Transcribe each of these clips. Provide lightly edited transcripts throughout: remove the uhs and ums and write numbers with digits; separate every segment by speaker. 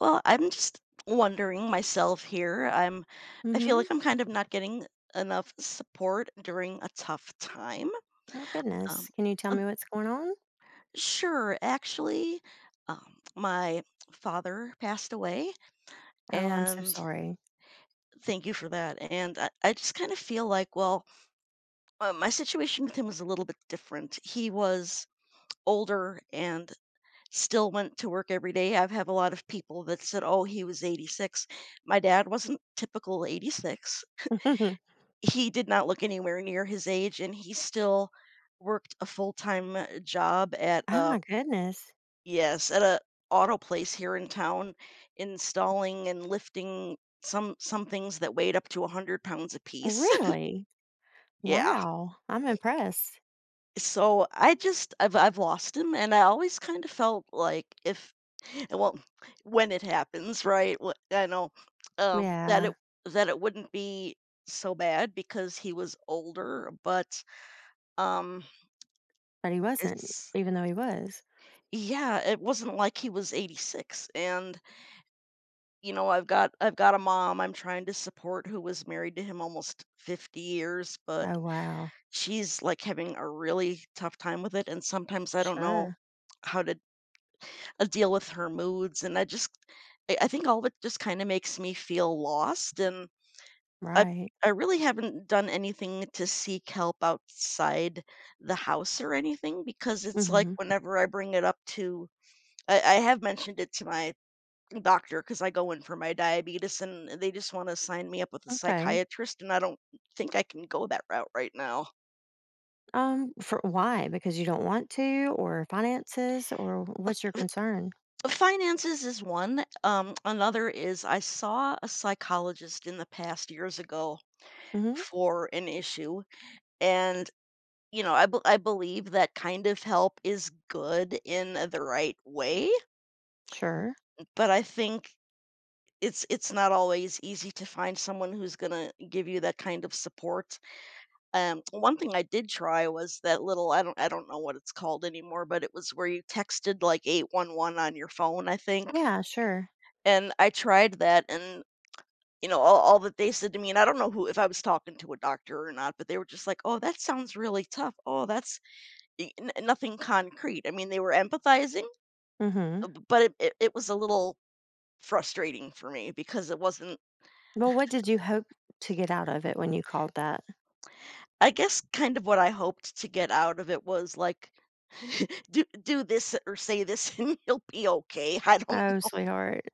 Speaker 1: Well, I'm just wondering myself here. I feel like
Speaker 2: Mhm.
Speaker 1: I'm kind of not getting enough support during a tough time.
Speaker 2: Oh,
Speaker 1: Um,
Speaker 2: goodness. Can you tell
Speaker 1: um,
Speaker 2: me what's going on?
Speaker 1: sure, actually, my father passed away,
Speaker 2: Oh, I'm so
Speaker 1: and
Speaker 2: sorry.
Speaker 1: thank you for that. And I just kind of feel like, well, my situation with him was a little bit different. He was older and still went to work every day. I've have a lot of people that said, "Oh, he was 86." My dad wasn't typical 86. He did not look anywhere near his age, and he still worked a full-time job at
Speaker 2: Oh
Speaker 1: a
Speaker 2: my goodness.
Speaker 1: yes, at a auto place here in town, installing and lifting some things that weighed up to 100 pounds apiece.
Speaker 2: Really?
Speaker 1: Yeah.
Speaker 2: Wow. I'm impressed.
Speaker 1: So I've lost him, and I always kind of felt like if well, when it happens, right? I know um, that
Speaker 2: Yeah,
Speaker 1: it that it wouldn't be so bad because he was older, but um
Speaker 2: but he wasn't,
Speaker 1: It's
Speaker 2: even though he was.
Speaker 1: yeah, it wasn't like he was 86 and I've got a mom I'm trying to support who was married to him almost 50 years, but
Speaker 2: Oh, wow.
Speaker 1: she's like having a really tough time with it, and sometimes I don't know
Speaker 2: Sure.
Speaker 1: how to deal with her moods. And I just I think all of it just kind of makes me feel lost. And I
Speaker 2: Right.
Speaker 1: I really haven't done anything to seek help outside the house or anything, because it's like
Speaker 2: Mhm.
Speaker 1: whenever I bring it up to I have mentioned it to my doctor because I go in for my diabetes, and they just wanna sign me up with a
Speaker 2: Okay.
Speaker 1: psychiatrist, and I don't think I can go that route right now.
Speaker 2: For why? Because you don't want to or finances or what's your concern?
Speaker 1: Finances is one, another is I saw a psychologist in the past years ago
Speaker 2: Mhm.
Speaker 1: for an issue, and, you know, I believe that kind of help is good in the right way,
Speaker 2: Sure.
Speaker 1: but I think it's not always easy to find someone who's gonna give you that kind of support. One thing I did try was that little I don't know what it's called anymore, but it was where you texted, like, 811 on your phone, I think,
Speaker 2: Yeah, sure.
Speaker 1: and I tried that. And, you know, all that they said to me, and I don't know who, if I was talking to a doctor or not, but they were just like, "Oh, that sounds really tough. Oh, that's" e n nothing concrete. I mean, they were empathizing,
Speaker 2: Mhm.
Speaker 1: but it was a little frustrating for me because it wasn't
Speaker 2: Well, what did you hope to get out of it when you called that?
Speaker 1: I guess kind of what I hoped to get out of it was like do this or say this, and you'll be okay. I don't.
Speaker 2: Oh, sweetheart.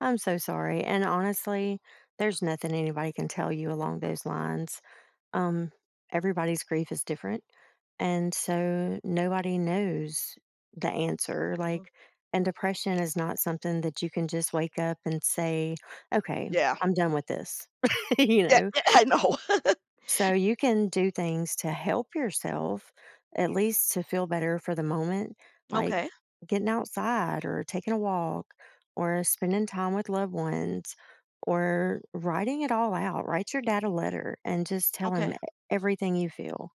Speaker 2: I'm so sorry, and honestly, there's nothing anybody can tell you along those lines. Um, everybody's grief is different, and so nobody knows the answer.
Speaker 1: Mhm.
Speaker 2: Like, and depression is not something that you can just wake up and say, "Okay,
Speaker 1: Yeah.
Speaker 2: I'm done with this," you
Speaker 1: Yeah,
Speaker 2: know?
Speaker 1: yeah, I know.
Speaker 2: So you can do things to help yourself, at least to feel better for the moment, like
Speaker 1: Okay,
Speaker 2: getting outside or taking a walk or spending time with loved ones or writing it all out. Write your dad a letter and just tell
Speaker 1: okay.
Speaker 2: him everything you feel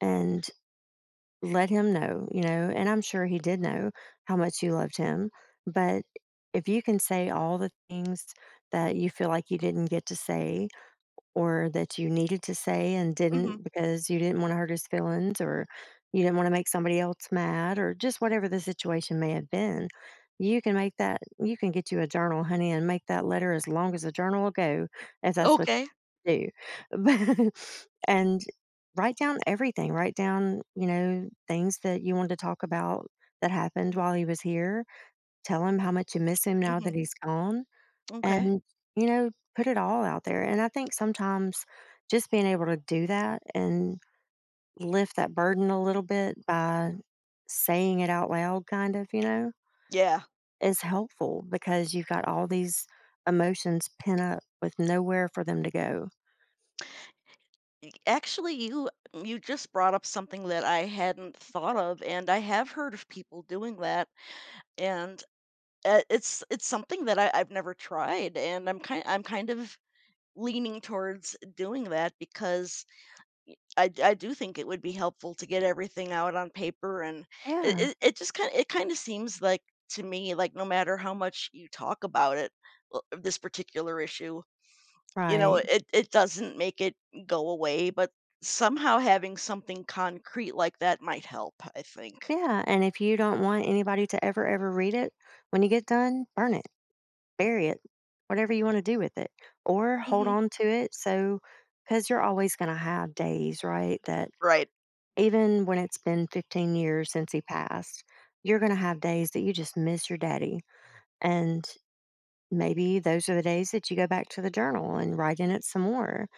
Speaker 2: and let him know, you know, and I'm sure he did know how much you loved him. But if you can say all the things that you feel like you didn't get to say, or that you needed to say and
Speaker 1: Mhm.
Speaker 2: didn't because you didn't want to hurt his feelings or you didn't want to make somebody else mad or just whatever the situation may have been, you can make that. You can get you a journal, honey, and make that letter as long as the journal will go, if that's what
Speaker 1: Okay.
Speaker 2: you do. But and write down everything. Write down, you know, things that you wanted to talk about that happened while he was here. Tell him how much you miss him now
Speaker 1: Mhm.
Speaker 2: that he's gone.
Speaker 1: Okay.
Speaker 2: And, you know, put it all out there. And I think sometimes just being able to do that and lift that burden a little bit by saying it out loud, kind of, you know,
Speaker 1: Yeah.
Speaker 2: is helpful because you've got all these emotions pent up with nowhere for them to go.
Speaker 1: Actually, you just brought up something that I hadn't thought of, and I have heard of people doing that, and, it's something that I've never tried, and I'm kind of leaning towards doing that, because I do think it would be helpful to get everything out on paper. And it
Speaker 2: Yeah,
Speaker 1: it it just kind of it kinda seems like, to me, like, no matter how much you talk about it, l this particular issue, you know,
Speaker 2: right.
Speaker 1: it doesn't make it go away, but somehow having something concrete like that might help, I think.
Speaker 2: Yeah. And if you don't want anybody to ever, ever read it, when you get done, burn it, bury it, whatever you want to do with it, or hold
Speaker 1: Mhm.
Speaker 2: on to it. So, because you're always going to have days, right, that
Speaker 1: Right.
Speaker 2: even when it's been 15 years since he passed, you're going to have days that you just miss your daddy. And maybe those are the days that you go back to the journal and write in it some more.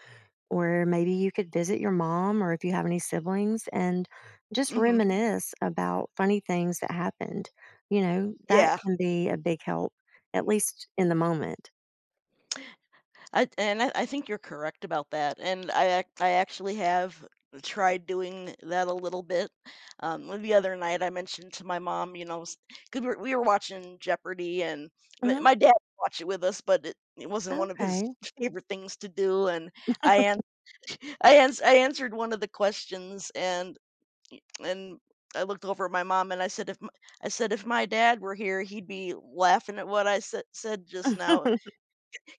Speaker 2: Or maybe you could visit your mom or if you have any siblings and just
Speaker 1: Mhm.
Speaker 2: reminisce about funny things that happened. You know, that
Speaker 1: Yeah.
Speaker 2: can be a big help, at least in the moment.
Speaker 1: I think you're correct about that. And I actually have tried doing that a little bit. Well, the other night I mentioned to my mom, you know, because we were watching Jeopardy, and
Speaker 2: Hmm.
Speaker 1: my dad watched it with us, but it wasn't one of his
Speaker 2: Okay.
Speaker 1: favorite things to do. And I an- I answered one of the questions, and and. I looked over at my mom and I said, "If m I said if my dad were here, he'd be laughing at what I said just now."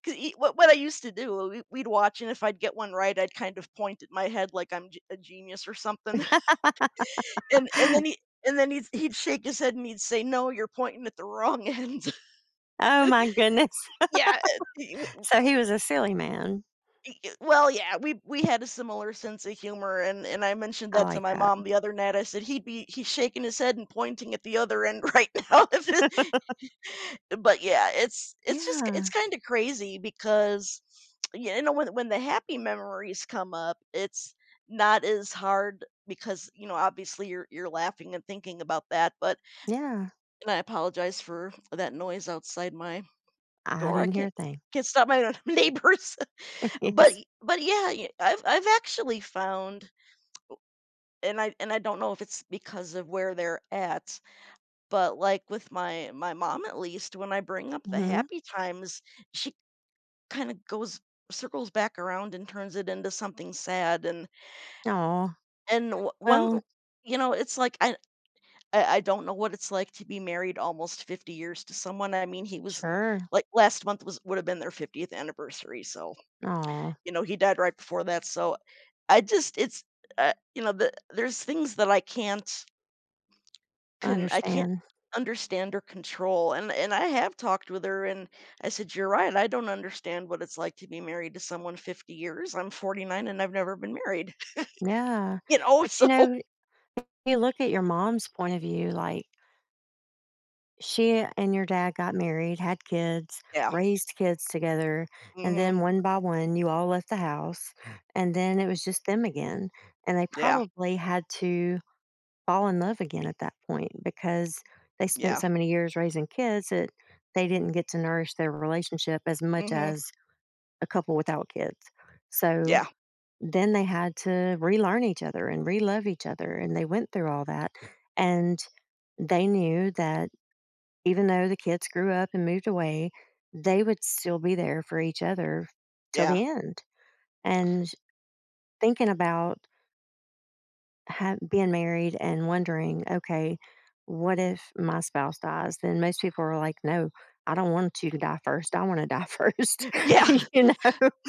Speaker 1: 'Cause e what I used to do, we'd watch, and if I'd get one right, I'd kind of point at my head like I'm g a genius or something. And then he and then he'd he'd shake his head, and he'd say, "No, you're pointing at the wrong end."
Speaker 2: Oh my goodness.
Speaker 1: Yeah, e
Speaker 2: So he was a silly man.
Speaker 1: e e well, yeah, we had a similar sense of humor, and I mentioned
Speaker 2: I
Speaker 1: that to
Speaker 2: like
Speaker 1: my
Speaker 2: that.
Speaker 1: mom the other night. I said, "He'd be he's shaking his head and pointing at the other end right now if it But yeah, it's just it's
Speaker 2: Yeah.
Speaker 1: kind of crazy, because you know when the happy memories come up, it's not as hard because you know obviously you're laughing and thinking about that. But
Speaker 2: Yeah.
Speaker 1: and I apologize for that noise outside my
Speaker 2: I
Speaker 1: door. I
Speaker 2: didn't hear a thing.
Speaker 1: can't stop my neighbors. But
Speaker 2: Yes.
Speaker 1: but yeah, I've actually found, and I don't know if it's because of where they're at, but like with my mom at least, when I bring up the
Speaker 2: Mhm.
Speaker 1: happy times, she kind of goes circles back around and turns it into something sad. And
Speaker 2: Aw.
Speaker 1: one
Speaker 2: Well,
Speaker 1: you know it's like I don't know what it's like to be married almost 50 years to someone. I mean, he was
Speaker 2: sure.
Speaker 1: like last month was would have been their 50th anniversary, so
Speaker 2: Aw,
Speaker 1: you know he died right before that, so I just it's you know there's things that I can't
Speaker 2: I
Speaker 1: Can't
Speaker 2: understand.
Speaker 1: understand or control. And I have talked with her, and I said, "You're right, I don't understand what it's like to be married to someone 50 years. I'm 49 and I've never been married."
Speaker 2: Yeah.
Speaker 1: You know,
Speaker 2: But, you
Speaker 1: so
Speaker 2: know, you look at your mom's point of view, like, she and your dad got married, had kids,
Speaker 1: Yeah.
Speaker 2: raised kids together, and
Speaker 1: Mhm.
Speaker 2: then one by one, you all left the house, and then it was just them again, and they
Speaker 1: Yeah,
Speaker 2: probably had to fall in love again at that point because they spent
Speaker 1: yeah.
Speaker 2: so many years raising kids that they didn't get to nourish their relationship as much
Speaker 1: Mhm.
Speaker 2: as a couple without kids. So
Speaker 1: Yeah,
Speaker 2: then they had to relearn each other and relove each other. And they went through all that. And they knew that even though the kids grew up and moved away, they would still be there for each other till
Speaker 1: yeah,
Speaker 2: the end. And thinking about being married and wondering, okay, what if my spouse dies? Then most people are like, no, I don't want you to die first. I want to die first.
Speaker 1: yeah.
Speaker 2: You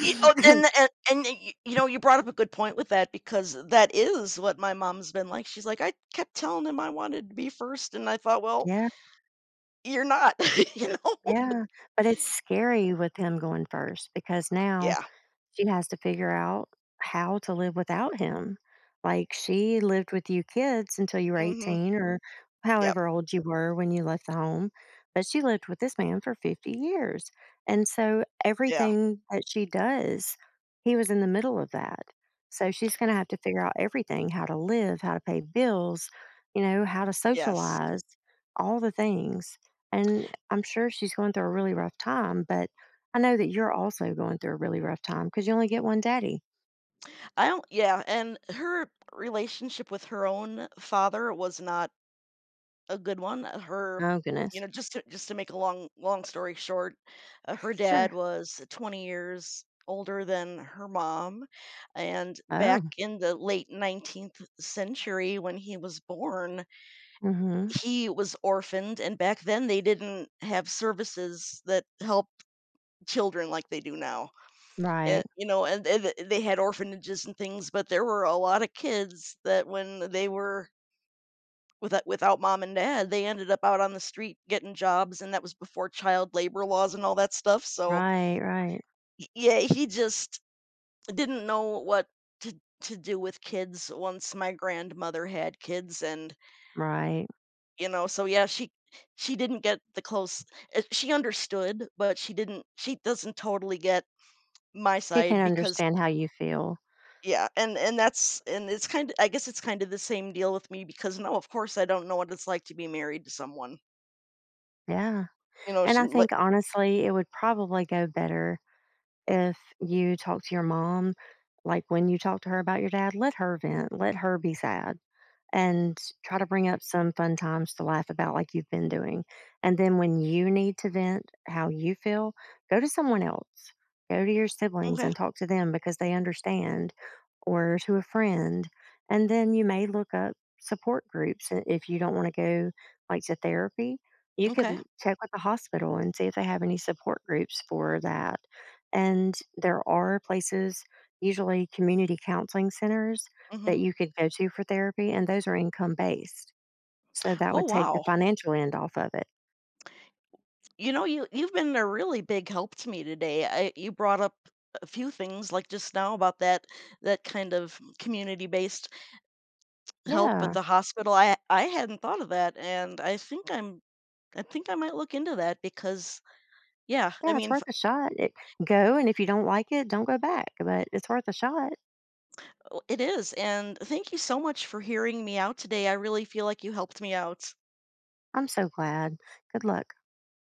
Speaker 1: You know, and y you know, you brought up a good point with that, because that is what my mom's been like. She's like, "I kept telling him I wanted to be first, and I thought, well,
Speaker 2: Yeah.
Speaker 1: you're not." You know?
Speaker 2: Yeah, but it's scary with him going first because now,
Speaker 1: Yeah.
Speaker 2: she has to figure out how to live without him. Like, she lived with you kids until you were
Speaker 1: Mhm.
Speaker 2: 18 or
Speaker 1: Yep.
Speaker 2: however old you were when you left the home, but she lived with this man for 50 years. And so
Speaker 1: Yeah.
Speaker 2: everything that she does, he was in the middle of that. So she's going to have to figure out everything, how to live, how to pay bills, you know, how to
Speaker 1: Yes.
Speaker 2: socialize, all the things. And I'm sure she's going through a really rough time, but I know that you're also going through a really rough time because you only get one daddy.
Speaker 1: I don't yeah, and her relationship with her own father was not a good one. Her,
Speaker 2: Oh,
Speaker 1: you
Speaker 2: goodness.
Speaker 1: know, just to make a long story short, her
Speaker 2: Sure.
Speaker 1: dad was 20 years older than her mom, and back
Speaker 2: Oh,
Speaker 1: in the late 19th century when he was born,
Speaker 2: mhm.
Speaker 1: he was orphaned. And back then they didn't have services that help children like they do now.
Speaker 2: Right,
Speaker 1: And, you know, and they had orphanages and things, but there were a lot of kids that when they were without mom and dad, they ended up out on the street getting jobs, and that was before child labor laws and all that stuff. So
Speaker 2: right, right,
Speaker 1: y yeah, he just didn't know what to to do with kids once my grandmother had kids. And,
Speaker 2: right.
Speaker 1: you know, so yeah, she didn't get the close she understood, but she doesn't totally get my
Speaker 2: She
Speaker 1: side
Speaker 2: can
Speaker 1: because
Speaker 2: understand how you feel.
Speaker 1: Yeah, and that's and it's kind of I guess it's kind of the same deal with me, because no, of course, I don't know what it's like to be married to someone.
Speaker 2: Yeah.
Speaker 1: You know, s
Speaker 2: And I
Speaker 1: like
Speaker 2: think, honestly, it would probably go better if you talk to your mom, like, when you talk to her about your dad, let her vent, let her be sad. And try to bring up some fun times to laugh about like you've been doing. And then when you need to vent how you feel, go to someone else. Go to your siblings
Speaker 1: okay,
Speaker 2: and talk to them because they understand, or to a friend. And then you may look up support groups if you don't want to go like to therapy. You could
Speaker 1: okay,
Speaker 2: check with the hospital and see if they have any support groups for that. And there are places, usually community counseling centers, that
Speaker 1: mhm.
Speaker 2: you could go to for therapy, and those are income based. So that
Speaker 1: Oh,
Speaker 2: would take the
Speaker 1: wow.
Speaker 2: financial end off of it.
Speaker 1: You know, you've been a really big help to me today. I You brought up a few things, like, just now about that that kind of community-based help with
Speaker 2: Yeah.
Speaker 1: the hospital. I hadn't thought of that, and I think I might look into that because yeah, I
Speaker 2: Yeah, it's
Speaker 1: mean
Speaker 2: worth a shot. It, go, and if you don't like it, don't go back, but it's worth a shot.
Speaker 1: Oh, it is. And thank you so much for hearing me out today. I really feel like you helped me out.
Speaker 2: I'm so glad. Good luck.